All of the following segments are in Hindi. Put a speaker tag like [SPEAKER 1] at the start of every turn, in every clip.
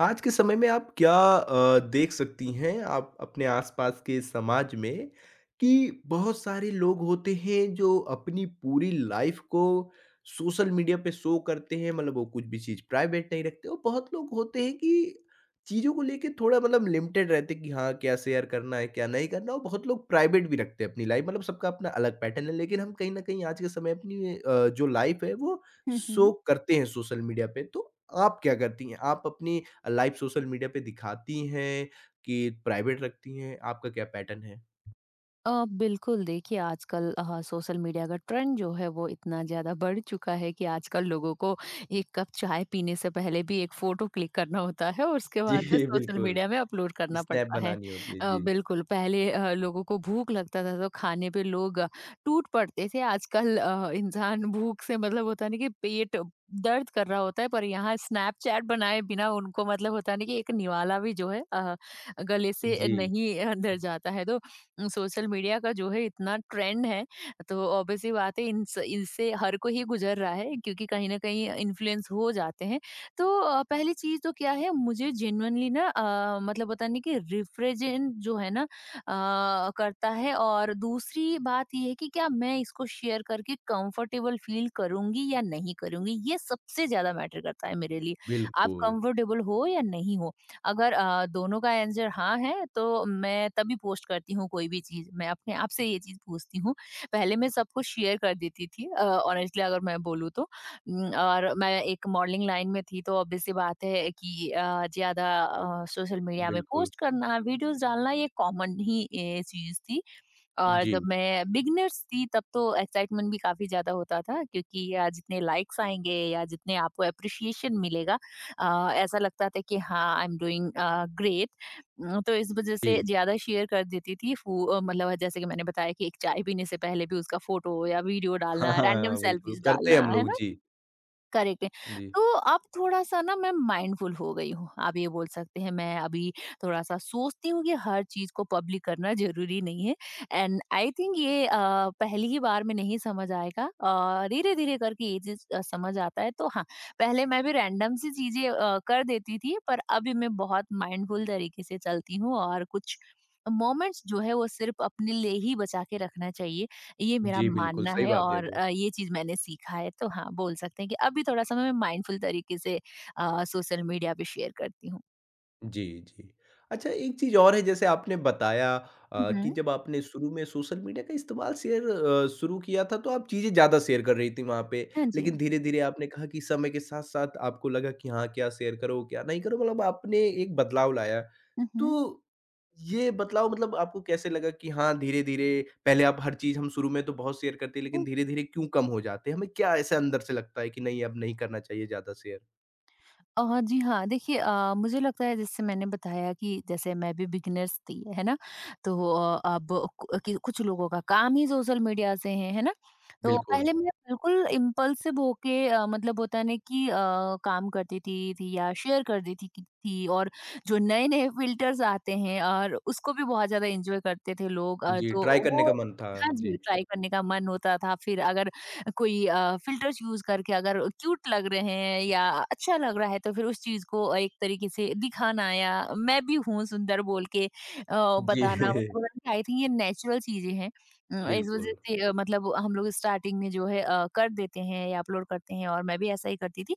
[SPEAKER 1] आज के समय में आप क्या देख सकती हैं आप अपने आसपास के समाज में कि बहुत सारे लोग होते हैं जो अपनी पूरी लाइफ को सोशल मीडिया पे शो करते हैं मतलब वो कुछ भी चीज़ प्राइवेट नहीं रखते और बहुत लोग होते हैं कि चीज़ों को लेके थोड़ा मतलब लिमिटेड रहते हैं कि हाँ क्या शेयर करना है क्या नहीं करना और बहुत लोग प्राइवेट भी रखते हैं अपनी लाइफ मतलब सबका अपना अलग पैटर्न है लेकिन हम कहीं ना कहीं आज के समय अपनी जो लाइफ है वो
[SPEAKER 2] हम्म
[SPEAKER 1] शो
[SPEAKER 2] हम्म
[SPEAKER 1] करते हैं सोशल मीडिया पे तो आप क्या करती हैं आप अपनी लाइव सोशल मीडिया पे दिखाती हैं कि प्राइवेट रखती हैं? आपका क्या पैटर्न है?
[SPEAKER 2] बिल्कुल देखिए आजकल सोशल मीडिया का ट्रेंड जो है वो इतना ज़्यादा बढ़ चुका है कि आजकल लोगों को एक कप चाय पीने से पहले भी एक फ़ोटो क्लिक करना होता है और उसके
[SPEAKER 1] जी,
[SPEAKER 2] बाद से सोशल
[SPEAKER 1] बिल्कुल।
[SPEAKER 2] मीडिया में अपलोड करना
[SPEAKER 1] स्नैप
[SPEAKER 2] पड़ता है।
[SPEAKER 1] बनानी होती है। जी,
[SPEAKER 2] बिल्कुल पहले लोगों को भूख लगता था तो खाने पे लोग टूट पड़ते थे। आजकल इंसान भूख से मतलब होता नहीं कि पेट दर्द कर रहा होता है, पर यहाँ स्नैपचैट बनाए बिना उनको मतलब होता नहीं कि एक निवाला भी जो है गले से
[SPEAKER 1] जी,
[SPEAKER 2] नहीं अंदर जाता है। तो सोशल मीडिया का जो है इतना ट्रेंड है, तो ऑब्वियस सी बात है इससे हर कोई ही गुजर रहा है क्योंकि कहीं ना कहीं इन्फ्लुएंस हो जाते हैं। तो पहली चीज तो क्या है, मुझे जेन्युइनली ना मतलब पता नहीं कि रिफ्रेजेंट जो है ना करता है, और दूसरी बात ये है कि क्या मैं इसको शेयर करके कंफर्टेबल फील करूंगी या नहीं करूंगी, ये सबसे ज्यादा मैटर करता है मेरे लिए। आप
[SPEAKER 1] बिल्कुल,
[SPEAKER 2] कंफर्टेबल हो या नहीं हो, अगर दोनों का आंसर हाँ है तो मैं तभी पोस्ट करती हूँ कोई भी चीज़। मैं अपने आप से ये चीज़ पूछती हूँ। पहले मैं सबको शेयर कर देती थी ऑनेस्टली अगर मैं बोलूँ तो। और मैं एक मॉडलिंग लाइन में थी, तो ऑब्वियस सी बात है कि ज़्यादा सोशल मीडिया में
[SPEAKER 1] बिल्कुल।
[SPEAKER 2] पोस्ट करना, वीडियोज़ डालना, ये कॉमन ही चीज़ थी। और
[SPEAKER 1] जी,
[SPEAKER 2] जब मैं बिगनर्स थी तब तो एक्साइटमेंट भी काफ़ी ज़्यादा होता था क्योंकि या जितने लाइक्स आएँगे या जितने आपको एप्रिसिएशन मिलेगा ऐसा लगता था कि हाँ, आई एम डूइंग ग्रेट। तो इस वज़ह
[SPEAKER 1] जी।
[SPEAKER 2] से ज़्यादा शेयर कर देती थी। मतलब जैसे कि मैंने बताया कि एक चाय पीने से पहले भी उसका फ़ोटो या वीडियो
[SPEAKER 1] हाँ,
[SPEAKER 2] डालना,
[SPEAKER 1] हाँ,
[SPEAKER 2] रैंडम
[SPEAKER 1] हाँ, बिल्कुल
[SPEAKER 2] सेल्फीज़
[SPEAKER 1] करते हैं
[SPEAKER 2] डालना,
[SPEAKER 1] हम
[SPEAKER 2] है
[SPEAKER 1] लोग।
[SPEAKER 2] ना?
[SPEAKER 1] जी,
[SPEAKER 2] करेक्ट है।
[SPEAKER 1] जी।
[SPEAKER 2] तो अब थोड़ा-सा ना मैं माइंडफुल हो गई हूँ। आप ये बोल सकते हैं। मैं अभी थोड़ा-सा सोचती हूँ कि हर चीज़ को पब्लिक करना ज़रूरी नहीं है। एंड आई थिंक ये पहली ही बार में नहीं समझ आएगा, और धीरे-धीरे करके ये चीज़ समझ आता है। तो हाँ, पहले मैं भी रैंडम सी चीज़ें कर देती थी, पर अभी मैं बहुत माइंडफुल तरीके से चलती हूँ, और कुछ मोमेंट्स जो है वो सिर्फ अपने लिए ही बचा के रखना चाहिए। ये मेरा
[SPEAKER 1] जी, बिल्कुल
[SPEAKER 2] मानना
[SPEAKER 1] सही
[SPEAKER 2] है,
[SPEAKER 1] बात है ये
[SPEAKER 2] और
[SPEAKER 1] तो।
[SPEAKER 2] ये चीज़ मैंने सीखा है। तो हाँ, बोल सकते हैं कि अभी थोड़ा-सा मैं माइंडफुल तरीके से सोशल मीडिया पे शेयर करती हूँ।
[SPEAKER 1] जी, जी। अच्छा एक चीज़ और है जैसे आपने बताया
[SPEAKER 2] हुँ,
[SPEAKER 1] कि
[SPEAKER 2] हुँ।
[SPEAKER 1] जब आपने शुरू में सोशल मीडिया का इस्तेमाल शुरू किया था तो आप चीज़ें ज़्यादा शेयर कर रही थी वहाँ पे।
[SPEAKER 2] हाँ जी।
[SPEAKER 1] लेकिन धीरे-धीरे आपने कहा कि समय के साथ-साथ आपको लगा कि हाँ, क्या शेयर करो, क्या नहीं करो मतलब आपने एक बदलाव लाया।
[SPEAKER 2] हुँ, हुँ।
[SPEAKER 1] तो ये बदलाव मतलब आपको कैसे लगा कि हाँ, धीरे-धीरे पहले आप हर चीज़ हम शुरू में तो बहुत शेयर करते हैं लेकिन धीरे-धीरे क्यों कम हो जाते हैं? हमें क्या ऐसा अंदर से लगता है कि नहीं अब नहीं करना चाहिए ज़्यादा शेयर?
[SPEAKER 2] हाँ जी, हाँ, देखिए मुझे लगता है जैसे मैंने बताया कि जैसे मैं भी बिगिनर्स थी, है ना? तो अब कु कि कुछ लोगों का काम ही सोशल मीडिया से है ना? तो
[SPEAKER 1] बिल्कुल।
[SPEAKER 2] पहले मैं बिल्कुल इम्पल्सिव होके मतलब होता है ना कि काम करती थी या शेयर कर देती थी और जो नए-नए फ़िल्टर्स आते हैं और उसको भी बहुत ज़्यादा एन्जॉय करते थे लोग
[SPEAKER 1] जी,
[SPEAKER 2] तो
[SPEAKER 1] ट्राई करने
[SPEAKER 2] वो
[SPEAKER 1] का मन था।
[SPEAKER 2] हाँ जी,
[SPEAKER 1] जी।
[SPEAKER 2] ट्राई करने का मन होता था, फिर अगर कोई फ़िल्टर्स यूज़ करके अगर क्यूट लग रहे हैं या अच्छा लग रहा है तो फिर उस चीज़ को एक तरीके से दिखाना या मैं भी हूँ सुंदर बोल के
[SPEAKER 1] जी,
[SPEAKER 2] बताना। मतलब आई थिंक ये नेचुरल चीज़ें हैं। इस वज़ह
[SPEAKER 1] बिल्कुल।
[SPEAKER 2] से मतलब हम लोग स्टार्टिंग में जो है कर देते हैं या अपलोड करते हैं, और मैं भी ऐसा ही करती थी।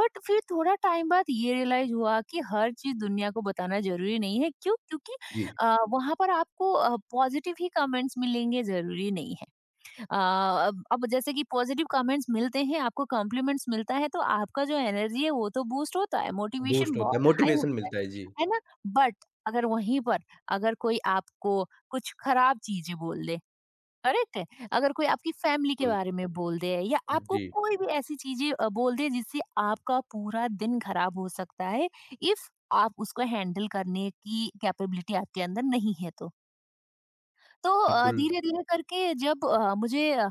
[SPEAKER 2] बट फिर थोड़ा टाइम बाद ये रियलाइज़ हुआ कि हर चीज़ दुनिया को बताना ज़रूरी नहीं है। क्यों? क्योंकि
[SPEAKER 1] जी,
[SPEAKER 2] वहाँ पर आपको पॉज़िटिव ही कमेंट्स मिलेंगे, ज़रूरी नहीं है। अब जैसे कि पॉजिटिव कमेंट्स मिलते हैं, आपको कॉम्प्लीमेंट्स मिलता है, तो आपका जो एनर्जी है वो तो बूस्ट होता है, मोटिवेशन
[SPEAKER 1] बूस्ट होता है,
[SPEAKER 2] बहुत हाई
[SPEAKER 1] मोटिवेशन
[SPEAKER 2] होता
[SPEAKER 1] मिलता है। जी,
[SPEAKER 2] है ना? बट अगर वहीं पर अगर कोई आपको कुछ खराब चीज़ें बोल दे, करेक्ट है? अगर कोई आपकी फैमिली के
[SPEAKER 1] बिल्कुल।
[SPEAKER 2] बारे में बोल दे या आपको
[SPEAKER 1] जी,
[SPEAKER 2] कोई भी ऐसी चीज़ें बोल दे जिससे आपका पूरा दिन खराब हो सकता है, इफ आप उसको हैंडल करने की कैपेबिलिटी आपके अंदर नहीं है तो। तो
[SPEAKER 1] बिल्कुल।
[SPEAKER 2] धीरे-धीरे करके जब मुझे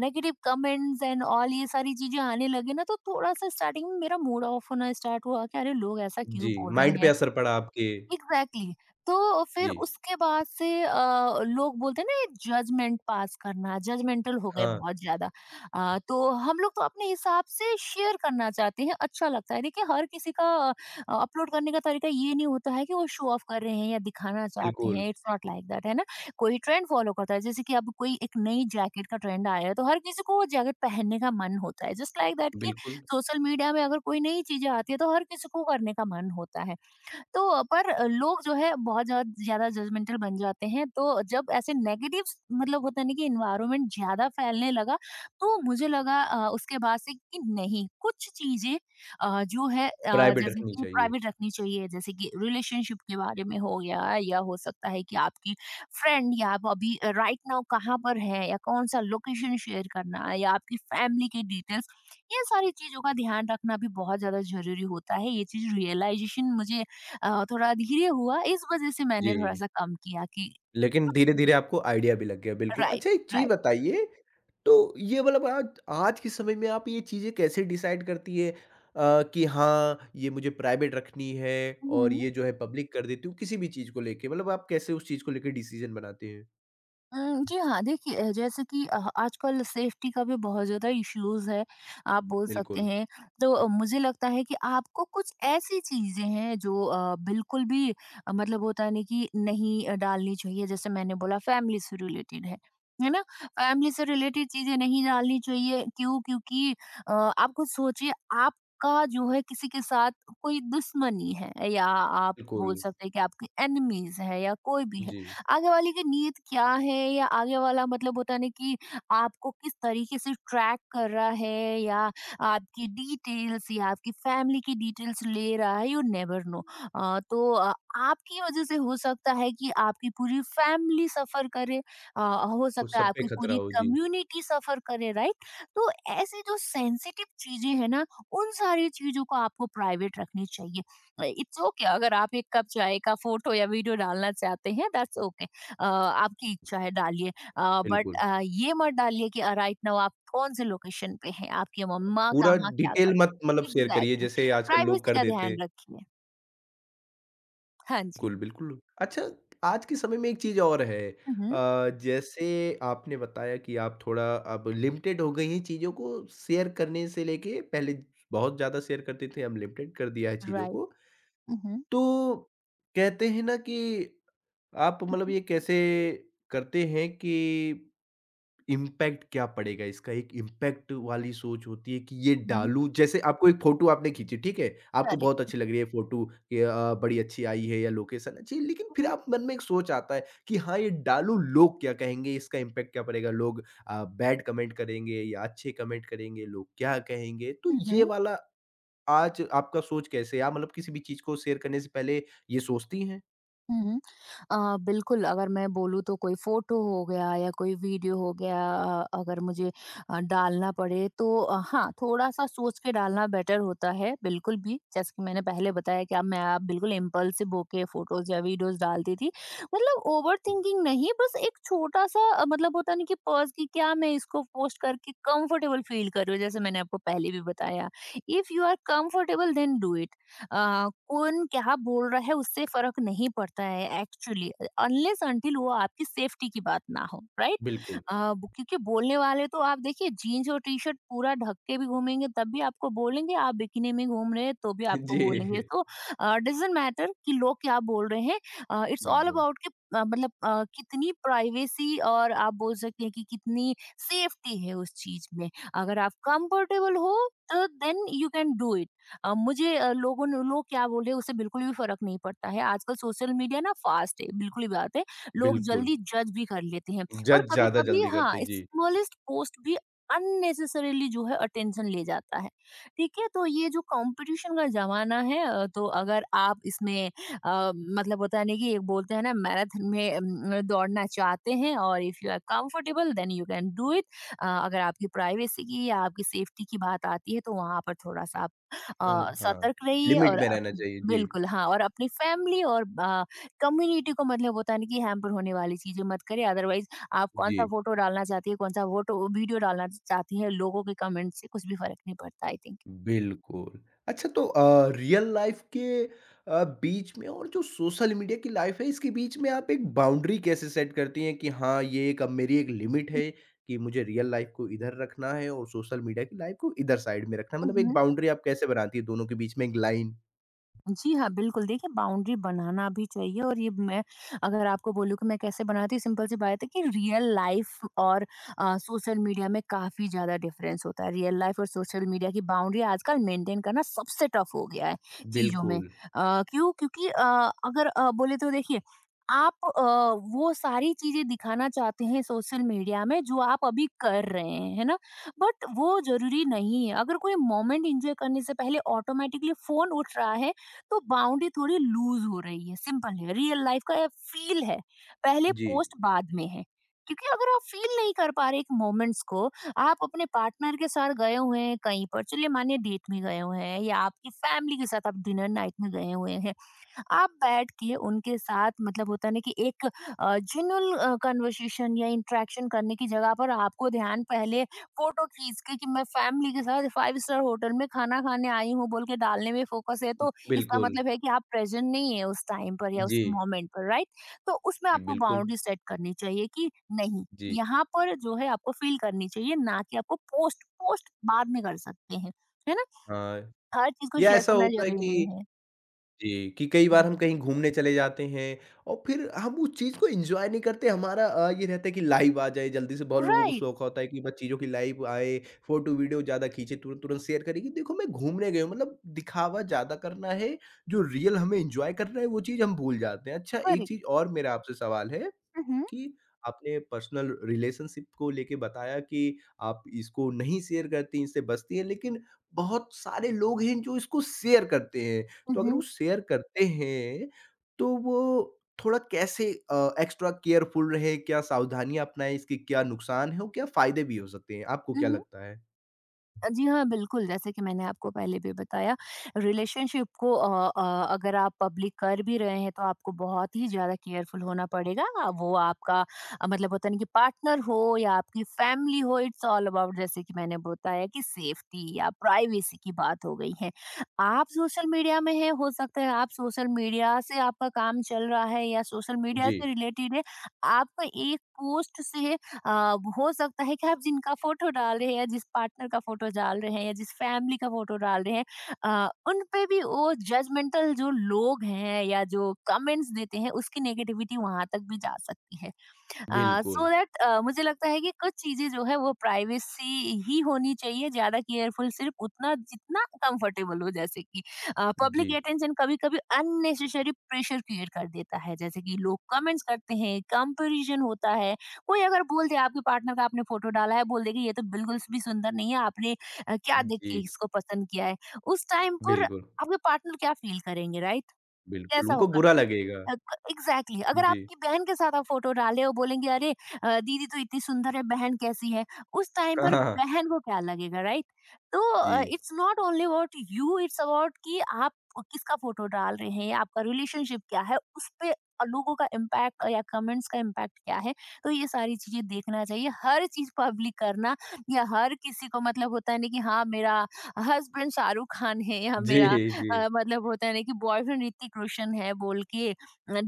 [SPEAKER 2] नेगेटिव कमेंट्स एंड ऑल ये सारी चीज़ें आने लगे ना, तो थोड़ा-सा स्टार्टिंग में मेरा मूड ऑफ होना स्टार्ट हुआ कि अरे! लोग ऐसा क्यों
[SPEAKER 1] जी,
[SPEAKER 2] बोल रहे
[SPEAKER 1] माइंड पे
[SPEAKER 2] हैं?
[SPEAKER 1] असर पड़ा आपके।
[SPEAKER 2] Exactly, exactly. तो फिर
[SPEAKER 1] जी,
[SPEAKER 2] उसके बाद से लोग बोलते हैं ना ये जजमेंट पास करना, जजमेंटल हो गए
[SPEAKER 1] हाँ,
[SPEAKER 2] बहुत ज्यादा। तो हम लोग तो अपने हिसाब से शेयर करना चाहते हैं, अच्छा लगता है। देखिए हर किसी का अपलोड करने का तरीका ये नहीं होता है कि वो शो ऑफ कर रहे हैं या दिखाना चाहते
[SPEAKER 1] बिल्कुल,
[SPEAKER 2] हैं। इट्स नॉट लाइक दैट, है ना? कोई ट्रेंड फॉलो करता है, जैसे कि अब कोई एक नई जैकेट का ट्रेंड आया है तो हर किसी को वो जैकेट पहनने का मन होता है। जस्ट लाइक दैट कि
[SPEAKER 1] बिल्कुल।
[SPEAKER 2] सोशल मीडिया में अगर कोई नई चीजें आती है तो हर किसी को करने का मन होता है। तो पर लोग जो है बहुत ज़्यादा ज़्यादा जजमेंटल बन जाते हैं, तो जब ऐसे नेगेटिव्स मतलब होता है ना कि एनवायरनमेंट ज़्यादा फैलने लगा, तो मुझे लगा उसके बाद से कि नहीं, कुछ चीज़ें जो है
[SPEAKER 1] प्राइवेट
[SPEAKER 2] जैसे
[SPEAKER 1] रखनी
[SPEAKER 2] कि
[SPEAKER 1] चाहिए।
[SPEAKER 2] प्राइवेट रखनी चाहिए, जैसे कि रिलेशनशिप के बारे में हो गया या हो सकता है कि आपकी फ्रेंड या आप अभी राइट नाउ कहाँ पर हैं, या कौन-सा लोकेशन शेयर करना, या आपकी फैमिली के डिटेल्स, ये सारी चीज़ों का ध्यान रखना भी बहुत ज़्यादा ज़रूरी होता है। ये चीज़ रियलाइज़ेशन मुझे थोड़ा धीरे हुआ, इस वजह से मैंने
[SPEAKER 1] जी,
[SPEAKER 2] थोड़ा-सा कम किया कि
[SPEAKER 1] लेकिन धीरे-धीरे आपको आइडिया भी लग गया, बिल्कुल।
[SPEAKER 2] राइट,
[SPEAKER 1] अच्छा एक चीज़
[SPEAKER 2] राइट।
[SPEAKER 1] बताइए, तो ये मतलब आज आज के समय में आप ये चीज़ें कैसे डिसाइड करती है कि हाँ, ये मुझे प्राइवेट रखनी है और
[SPEAKER 2] हुँ।
[SPEAKER 1] ये जो है पब्लिक कर देती हूँ, किसी भी चीज़ को लेके? मतलब आप कैसे उस चीज़ को लेके डिसीज़न बनाते हैं?
[SPEAKER 2] जी हाँ, देखिए जैसे कि आजकल सेफ्टी का भी बहुत ज़्यादा इश्यूज़ है, आप बोल सकते
[SPEAKER 1] बिल्कुल,
[SPEAKER 2] हैं। तो मुझे लगता है कि आपको कुछ ऐसी चीज़ें हैं जो बिल्कुल भी मतलब होता है ना कि नहीं डालनी चाहिए, जैसे मैंने बोला फैमिली से रिलेटेड है ना? फैमिली से रिलेटेड चीज़ें नहीं डालनी चाहिए, क्यों? क्योंकि आप खुद सोचिए, आपका जो है किसी के साथ कोई दुश्मनी है या आप बोल
[SPEAKER 1] बिल्कुल।
[SPEAKER 2] सकते हैं कि आपकी एनिमीज़ है या कोई भी है।
[SPEAKER 1] जी,
[SPEAKER 2] आगे वाले की नीयत क्या है, या आगे वाला मतलब होता है ना कि आपको किस तरीके से ट्रैक कर रहा है, या आपकी डिटेल्स या आपकी फैमिली की डिटेल्स ले रहा है, यू नेवर नो। तो आपकी वजह से हो सकता है कि आपकी पूरी फैमिली सफर करे। हो
[SPEAKER 1] वो
[SPEAKER 2] सकता है
[SPEAKER 1] सब पे
[SPEAKER 2] आपकी
[SPEAKER 1] खतरा
[SPEAKER 2] पूरी
[SPEAKER 1] हो, जी,
[SPEAKER 2] कम्युनिटी सफर करे, राइट। तो ऐसी जो सेंसिटिव चीजें हैं ना, उन सारी चीजों को आपको प्राइवेट रखनी चाहिए। इट्स ओके, okay, अगर आप एक कप चाय का फोटो या वीडियो डालना चाहते हैं दैट्स ओके, आपकी इच्छा है डालिए। बट
[SPEAKER 1] बिल्कुल।
[SPEAKER 2] ये मत डालिए कि राइट नाउ आप कौन से लोकेशन पे हैं, आपकी मम्मा
[SPEAKER 1] पूरा
[SPEAKER 2] कहाँ क्या
[SPEAKER 1] डिटेल
[SPEAKER 2] करते
[SPEAKER 1] मत मतलब
[SPEAKER 2] हैं।
[SPEAKER 1] शेयर करिए
[SPEAKER 2] एग्जैक्टली,
[SPEAKER 1] जैसे आजकल लोग
[SPEAKER 2] प्राइवेसी
[SPEAKER 1] कर
[SPEAKER 2] का
[SPEAKER 1] देते
[SPEAKER 2] ध्यान
[SPEAKER 1] हैं।
[SPEAKER 2] रखिए। हाँ जी।
[SPEAKER 1] बिल्कुल, बिल्कुल। अच्छा, आज के समय में एक चीज़ और है जैसे आपने बताया कि आप थोड़ा अब लिमिटेड हो गई हैं चीज़ों को शेयर करने से लेके पहले बहुत ज़्यादा शेयर करते थे, अब लिमिटेड कर दिया है चीज़ों
[SPEAKER 2] राइट।
[SPEAKER 1] को। तो कहते हैं ना कि आप मतलब ये कैसे करते हैं कि इम्पैक्ट क्या पड़ेगा इसका? एक इम्पैक्ट वाली सोच होती है कि ये डालूँ जैसे आपको एक फ़ोटो आपने खींची, ठीक है? आपको बहुत
[SPEAKER 2] करेक्ट।
[SPEAKER 1] अच्छी लग रही है फ़ोटो कि बड़ी अच्छी आई है या लोकेशन अच्छी है, लेकिन फिर आप मन में एक सोच आता है कि हाँ, ये डालूँ लोग क्या कहेंगे? इसका इम्पैक्ट क्या पड़ेगा? लोग बैड कमेंट करेंगे या अच्छे कमेंट करेंगे? लोग क्या कहेंगे? तो ये वाला आज आपका सोच कैसे है? आप मतलब किसी भी चीज़ को शेयर करने से पहले ये सोचती हैं?
[SPEAKER 2] बिल्कुल अगर मैं बोलूँ तो कोई फ़ोटो हो गया या कोई वीडियो हो गया अगर मुझे डालना पड़े तो हाँ, थोड़ा-सा सोच के डालना बेटर होता है, बिल्कुल भी। जैसे कि मैंने पहले बताया कि अब मैं आप बिल्कुल इम्पल्सिव होके फ़ोटोज़ या वीडियोज़ डालती थी। मतलब ओवर थिंकिंग नहीं, बस एक छोटा-सा मतलब होता है ना कि पॉज़ कि क्या मैं इसको पोस्ट करके कंफर्टेबल फ़ील कर रही हूँ, जैसे मैंने आपको पहले भी बताया। If you are comfortable then do it. कौन क्या बोल रहा है उससे फर्क नहीं पड़ता है, एक्चुअली अनलेस अंटिल वो आपकी सेफ्टी की बात ना हो, राइट।
[SPEAKER 1] बिल्कुल।
[SPEAKER 2] क्योंकि बोलने वाले तो आप देखिए जीन्स और टी शर्ट पूरा ढक के भी घूमेंगे तब भी आपको बोलेंगे, आप बिकिनी में घूम रहे हैं तो भी आपको
[SPEAKER 1] जी।
[SPEAKER 2] बोलेंगे। तो डजेंट मैटर कि लोग क्या बोल रहे हैं, इट्स ऑल
[SPEAKER 1] बिल्कुल,
[SPEAKER 2] अबाउट कि मतलब कितनी प्राइवेसी, और आप बोल सकते हैं कि कितनी सेफ्टी है उस चीज में। अगर आप कंफर्टेबल हो तो then you can do it. मुझे लोग क्या बोल रहे हैं उससे बिल्कुल भी फर्क नहीं पड़ता है। आजकल सोशल मीडिया ना फास्ट है, बिल्कुल ही बात है। लोग
[SPEAKER 1] बिल्कुल।
[SPEAKER 2] जल्दी जज भी कर लेते हैं, और
[SPEAKER 1] जज ज़्यादा
[SPEAKER 2] कभी-कभी
[SPEAKER 1] जल्दी करते
[SPEAKER 2] हाँ,
[SPEAKER 1] हैं, जी।
[SPEAKER 2] स्मॉलेस्ट पोस्ट भी अननेसेसरीली जो है अटेंशन ले जाता है। ठीक है? तो ये जो कंपटीशन का ज़माना है तो अगर आप इसमें अ, मतलब होता है ना कि एक बोलते हैं ना मैराथन में दौड़ना चाहते हैं और if you are comfortable then you can do it. अगर आपकी प्राइवेसी की या आपकी सेफ्टी की बात आती है तो वहाँ पर थोड़ा-सा आप
[SPEAKER 1] अ, हाँ,
[SPEAKER 2] सतर्क रहिए
[SPEAKER 1] लिमिट
[SPEAKER 2] और
[SPEAKER 1] में रहना
[SPEAKER 2] अप
[SPEAKER 1] चाहिए। जी,
[SPEAKER 2] बिल्कुल, हाँ और अपनी फैमिली और कम्युनिटी को मतलब होता है ना कि हैम्पर होने वाली चीज़ें मत करें, अदरवाइज़ आप कौन-सा
[SPEAKER 1] जी,
[SPEAKER 2] फ़ोटो डालना चाहती हैं, कौन-सा वोटो वीडियो डालना चाहती हैं, लोगों के कमेंट से कुछ भी फ़र्क नहीं पड़ता आई थिंक।
[SPEAKER 1] बिल्कुल। अच्छा तो रियल लाइफ़ के बीच में और जो सोशल मीडिया की लाइफ़ है, इसके बीच में आप एक बाउंड्री कैसे सेट करती हैं कि हाँ, ये एक अब मेरी एक लिमिट है कि मुझे रियल लाइफ़ को इधर रखना है और सोशल मीडिया की लाइफ़ को इधर साइड में रखना है?
[SPEAKER 2] हुँ,
[SPEAKER 1] मतलब एक
[SPEAKER 2] हुँ।
[SPEAKER 1] बाउंड्री आप कैसे बनाती है दोनों के बीच में एक लाइन?
[SPEAKER 2] जी हाँ, बिल्कुल। देखिए बाउंड्री बनाना भी चाहिए और ये मैं अगर आपको बोलूँ कि मैं कैसे बनाती हूँ, सिंपल सी बात है कि रियल लाइफ़ और सोशल मीडिया में काफ़ी ज़्यादा डिफ़रेंस होता है। रियल लाइफ़ और सोशल मीडिया की बाउंड्री आजकल मेंटेन करना सबसे टफ़ हो गया है चीज़ों में।
[SPEAKER 1] बिल्कुल,
[SPEAKER 2] क्यों? क्योंकि अगर बोले तो देखिए आप वो सारी चीज़ें दिखाना चाहते हैं सोशल मीडिया में जो आप अभी कर रहे हैं, है ना? बट वो ज़रूरी नहीं है। अगर कोई मोमेंट एन्जॉय करने से पहले ऑटोमैटिकली फ़ोन उठ रहा है तो बाउंड्री थोड़ी लूज हो रही है। सिंपल है, रियल लाइफ का फील है, पहले
[SPEAKER 1] जी।
[SPEAKER 2] पोस्ट बाद में है। क्योंकि अगर आप फील नहीं कर पा रहे एक मोमेंट्स को, आप अपने पार्टनर के साथ गए हुए हैं कहीं पर, चलिए मानिए डेट में गए हुए हैं या आपकी फैमिली के साथ आप डिनर नाइट में गए हुए हैं, आप बैठ के उनके साथ मतलब होता है ना कि एक जेन्युइन कन्वर्सेशन या इंटरेक्शन करने की जगह पर आपको ध्यान पहले फोटो खींच के कि मैं फैमिली के साथ फाइव स्टार होटल में खाना खाने आई हूँ बोल के डालने में फोकस है, तो इसका
[SPEAKER 1] बिल्कुल,
[SPEAKER 2] मतलब है कि आप प्रेजेंट नहीं है उस टाइम पर या उस
[SPEAKER 1] जी।
[SPEAKER 2] मोमेंट पर, राइट। तो उसमें
[SPEAKER 1] जी,
[SPEAKER 2] आपको
[SPEAKER 1] बिल्कुल,
[SPEAKER 2] बाउंड्री सेट करनी चाहिए कि नहीं,
[SPEAKER 1] जी।
[SPEAKER 2] यहाँ पर जो है आपको फील करनी चाहिए ना कि आपको पोस्ट पोस्ट बाद में कर सकते हैं, है ना।
[SPEAKER 1] हाँ,
[SPEAKER 2] हर चीज को
[SPEAKER 1] या
[SPEAKER 2] शेयर
[SPEAKER 1] ऐसा
[SPEAKER 2] करना
[SPEAKER 1] होता है
[SPEAKER 2] जरूरी
[SPEAKER 1] कि
[SPEAKER 2] नहीं है।
[SPEAKER 1] जी, कि कई बार हम कहीं घूमने चले जाते हैं और फिर हम उस चीज़ को एन्जॉय नहीं करते, हमारा ये रहता है कि लाइव आ जाए जल्दी से, बहुत लोगों को
[SPEAKER 2] राइट।
[SPEAKER 1] शौक होता है कि बस चीज़ों की लाइव आए, फ़ोटो वीडियो ज़्यादा खींचे, तुरंत-तुरंत शेयर करें कि देखो मैं घूमने गए हूँ, मतलब दिखावा ज़्यादा करना है, जो रियल हमें एन्जॉय करना है वो चीज़ हम भूल जाते हैं। अच्छा एक
[SPEAKER 2] करेक्ट।
[SPEAKER 1] चीज़ और मेरा आपसे सवाल है
[SPEAKER 2] उहुँ,
[SPEAKER 1] कि आपने पर्सनल रिलेशनशिप को लेके बताया कि आप इसको नहीं शेयर करती, इससे बचती हैं, लेकिन बहुत सारे लोग हैं जो इसको शेयर करते हैं। तो अगर वो
[SPEAKER 2] उहुँ,
[SPEAKER 1] शेयर करते हैं, तो वो थोड़ा कैसे एक्स्ट्रा केयरफुल रहें, क्या सावधानियाँ अपनाएँ, इसके क्या नुकसान हैं और क्या फ़ायदे भी हो सकते हैं? आपको क्या
[SPEAKER 2] उहुँ।
[SPEAKER 1] लगता है?
[SPEAKER 2] जी हाँ, बिल्कुल, जैसे कि मैंने आपको पहले भी बताया, रिलेशनशिप को अगर आप पब्लिक कर भी रहे हैं, तो आपको बहुत ही ज़्यादा केयरफुल होना पड़ेगा। वो आपका मतलब होता है ना कि पार्टनर हो या आपकी फैमिली हो, इट्स ऑल अबाउट जैसे कि मैंने बताया कि सेफ्टी या प्राइवेसी की बात हो गई है। आप सोशल मीडिया में हैं, हो सकता है आप सोशल मीडिया से आपका काम चल रहा है या सोशल मीडिया
[SPEAKER 1] जी,
[SPEAKER 2] से रिलेटेड है, आपका एक पोस्ट से अ, हो सकता है कि आप जिनका फोटो डाल रहे हैं या जिस पार्टनर का फोटो डाल रहे हैं या जिस फैमिली का फोटो डाल रहे हैं उन पे भी वो जजमेंटल जो लोग हैं या जो कमेंट्स देते हैं उसकी नेगेटिविटी वहां तक भी जा सकती है।
[SPEAKER 1] बिल्कुल।
[SPEAKER 2] सो दैट, मुझे लगता है कि कुछ चीजें जो है वो प्राइवेसी ही होनी चाहिए। ज्यादा केयरफुल सिर्फ उतना जितना कंफर्टेबल हो, जैसे कि
[SPEAKER 1] जी,
[SPEAKER 2] पब्लिक अटेंशन कभी कभी अननेसेसरी प्रेशर क्रिएट कर देता है। जैसे कि लोग कमेंट्स करते हैं, कंपेरिजन होता है। कोई अगर बोल दे आपके पार्टनर का आपने फ़ोटो डाला है, बोल दे कि ये तो बिल्कुल भी सुंदर नहीं है, आपने क्या देख
[SPEAKER 1] जी,
[SPEAKER 2] के इसको पसंद किया है? उस टाइम पर
[SPEAKER 1] बिल्कुल,
[SPEAKER 2] आपके पार्टनर क्या फ़ील करेंगे, राइट?
[SPEAKER 1] बिल्कुल,
[SPEAKER 2] कैसा
[SPEAKER 1] उनको
[SPEAKER 2] होगा?
[SPEAKER 1] बुरा लगेगा।
[SPEAKER 2] अ, क एग्ज़ैक्टली अगर
[SPEAKER 1] जी।
[SPEAKER 2] आपकी बहन के साथ आप फ़ोटो डालें और बोलेंगे, "अरे! दीदी तो इतनी सुंदर है, बहन कैसी है?" उस टाइम
[SPEAKER 1] हाँ,
[SPEAKER 2] पर
[SPEAKER 1] हाँ, हाँ।
[SPEAKER 2] बहन को क्या लगेगा, राइट? तो
[SPEAKER 1] जी,
[SPEAKER 2] it's not only about you, it's about कि आप किसका फ़ोटो डाल रहे हैं, आपका रिलेशनशिप क्या है, उसपे लोगों का इम्पैक्ट या कमेंट्स का इम्पैक्ट क्या है। तो ये सारी चीज़ें देखना चाहिए। हर चीज़ पब्लिक करना या हर किसी को मतलब होता है ना कि हाँ, मेरा हस्बैंड शाहरुख़ खान है या
[SPEAKER 1] जी,
[SPEAKER 2] मेरा
[SPEAKER 1] जी,
[SPEAKER 2] मतलब होता है ना कि बॉयफ्रेंड ऋतिक रोशन है बोल के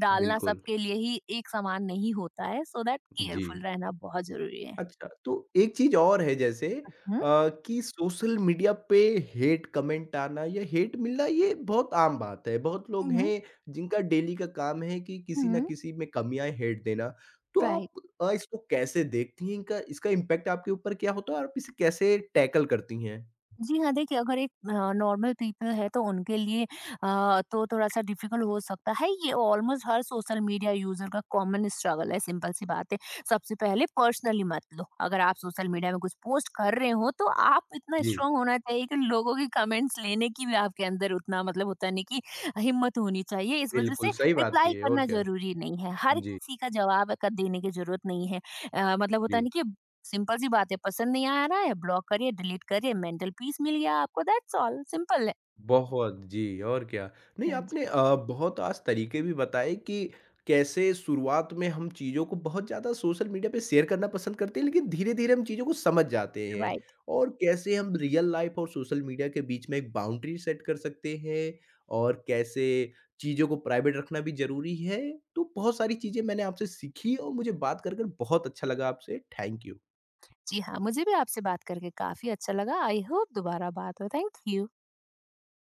[SPEAKER 2] डालना
[SPEAKER 1] बिल्कुल,
[SPEAKER 2] सबके लिए ही एक समान नहीं होता है। So that
[SPEAKER 1] ji.
[SPEAKER 2] केयरफुल रहना बहुत जरूरी है।
[SPEAKER 1] अच्छा, तो एक चीज़ और है जैसे
[SPEAKER 2] हुँ,
[SPEAKER 1] कि सोशल मीडिया पे हेट कमेंट आना या हेट मिलना ये बहुत आम बात है। बहुत
[SPEAKER 2] हुँ,
[SPEAKER 1] लोग
[SPEAKER 2] हुँ,
[SPEAKER 1] हैं जिनका डेली का काम है कि किसी न
[SPEAKER 2] हुँ,
[SPEAKER 1] किसी में कमियाँ हेट देना। तो आप
[SPEAKER 2] राइट।
[SPEAKER 1] इसको कैसे देखती हैं? इनका इसका इम्पैक्ट आपके ऊपर क्या होता है और आप इसे कैसे टैकल करती हैं?
[SPEAKER 2] जी हाँ, देखिए अगर एक नॉर्मल पीपल है तो उनके लिए तो थोड़ा-सा डिफ़िकल्ट हो सकता है। ये ऑलमोस्ट हर सोशल मीडिया यूज़र का कॉमन स्ट्रगल है, सिंपल सी बात है। सबसे पहले पर्सनली मत लो। अगर आप सोशल मीडिया में कुछ पोस्ट कर रहे हो तो आप इतना
[SPEAKER 1] जी,
[SPEAKER 2] स्ट्रॉन्ग होना चाहिए कि लोगों के कमेंट्स लेने की भी आपके अंदर उतना मतलब होता नहीं कि हिम्मत होनी चाहिए। इस वज़ह
[SPEAKER 1] बिल्कुल
[SPEAKER 2] से
[SPEAKER 1] सही बात है
[SPEAKER 2] रिप्लाई
[SPEAKER 1] ये और
[SPEAKER 2] करना
[SPEAKER 1] क्या।
[SPEAKER 2] ज़रूरी नहीं है। हर
[SPEAKER 1] जी,
[SPEAKER 2] किसी का जवाब का देने की ज़रूरत नहीं है। अ, मतलब होता
[SPEAKER 1] जी।
[SPEAKER 2] नहीं कि सिंपल सी बात है, पसंद नहीं आ रहा है ब्लॉक करिए डिलीट करिए मेंटल पीस मिल गया आपको, दैट्स ऑल, सिंपल है।
[SPEAKER 1] बहुत, जी और क्या। नहीं
[SPEAKER 2] हाँ जी।
[SPEAKER 1] आपने बहुत आज तरीके भी बताए कि कैसे शुरुआत में हम चीज़ों को बहुत ज़्यादा सोशल मीडिया पे शेयर करना पसंद करते हैं, लेकिन धीरे-धीरे हम चीज़ों को समझ जाते हैं।
[SPEAKER 2] राइट।
[SPEAKER 1] और कैसे हम रियल लाइफ़ और सोशल मीडिया के बीच में एक बाउंड्री सेट कर सकते हैं और कैसे चीज़ों को प्राइवेट रखना भी ज़रूरी है। तो बहुत सारी चीज़ें मैंने आपसे सीखी और मुझे बात कर बहुत अच्छा लगा आपसे। Thank you.
[SPEAKER 2] जी हाँ मुझे भी आपसे बात करके काफी अच्छा लगा। आई होप दोबारा बात हो। Thank you.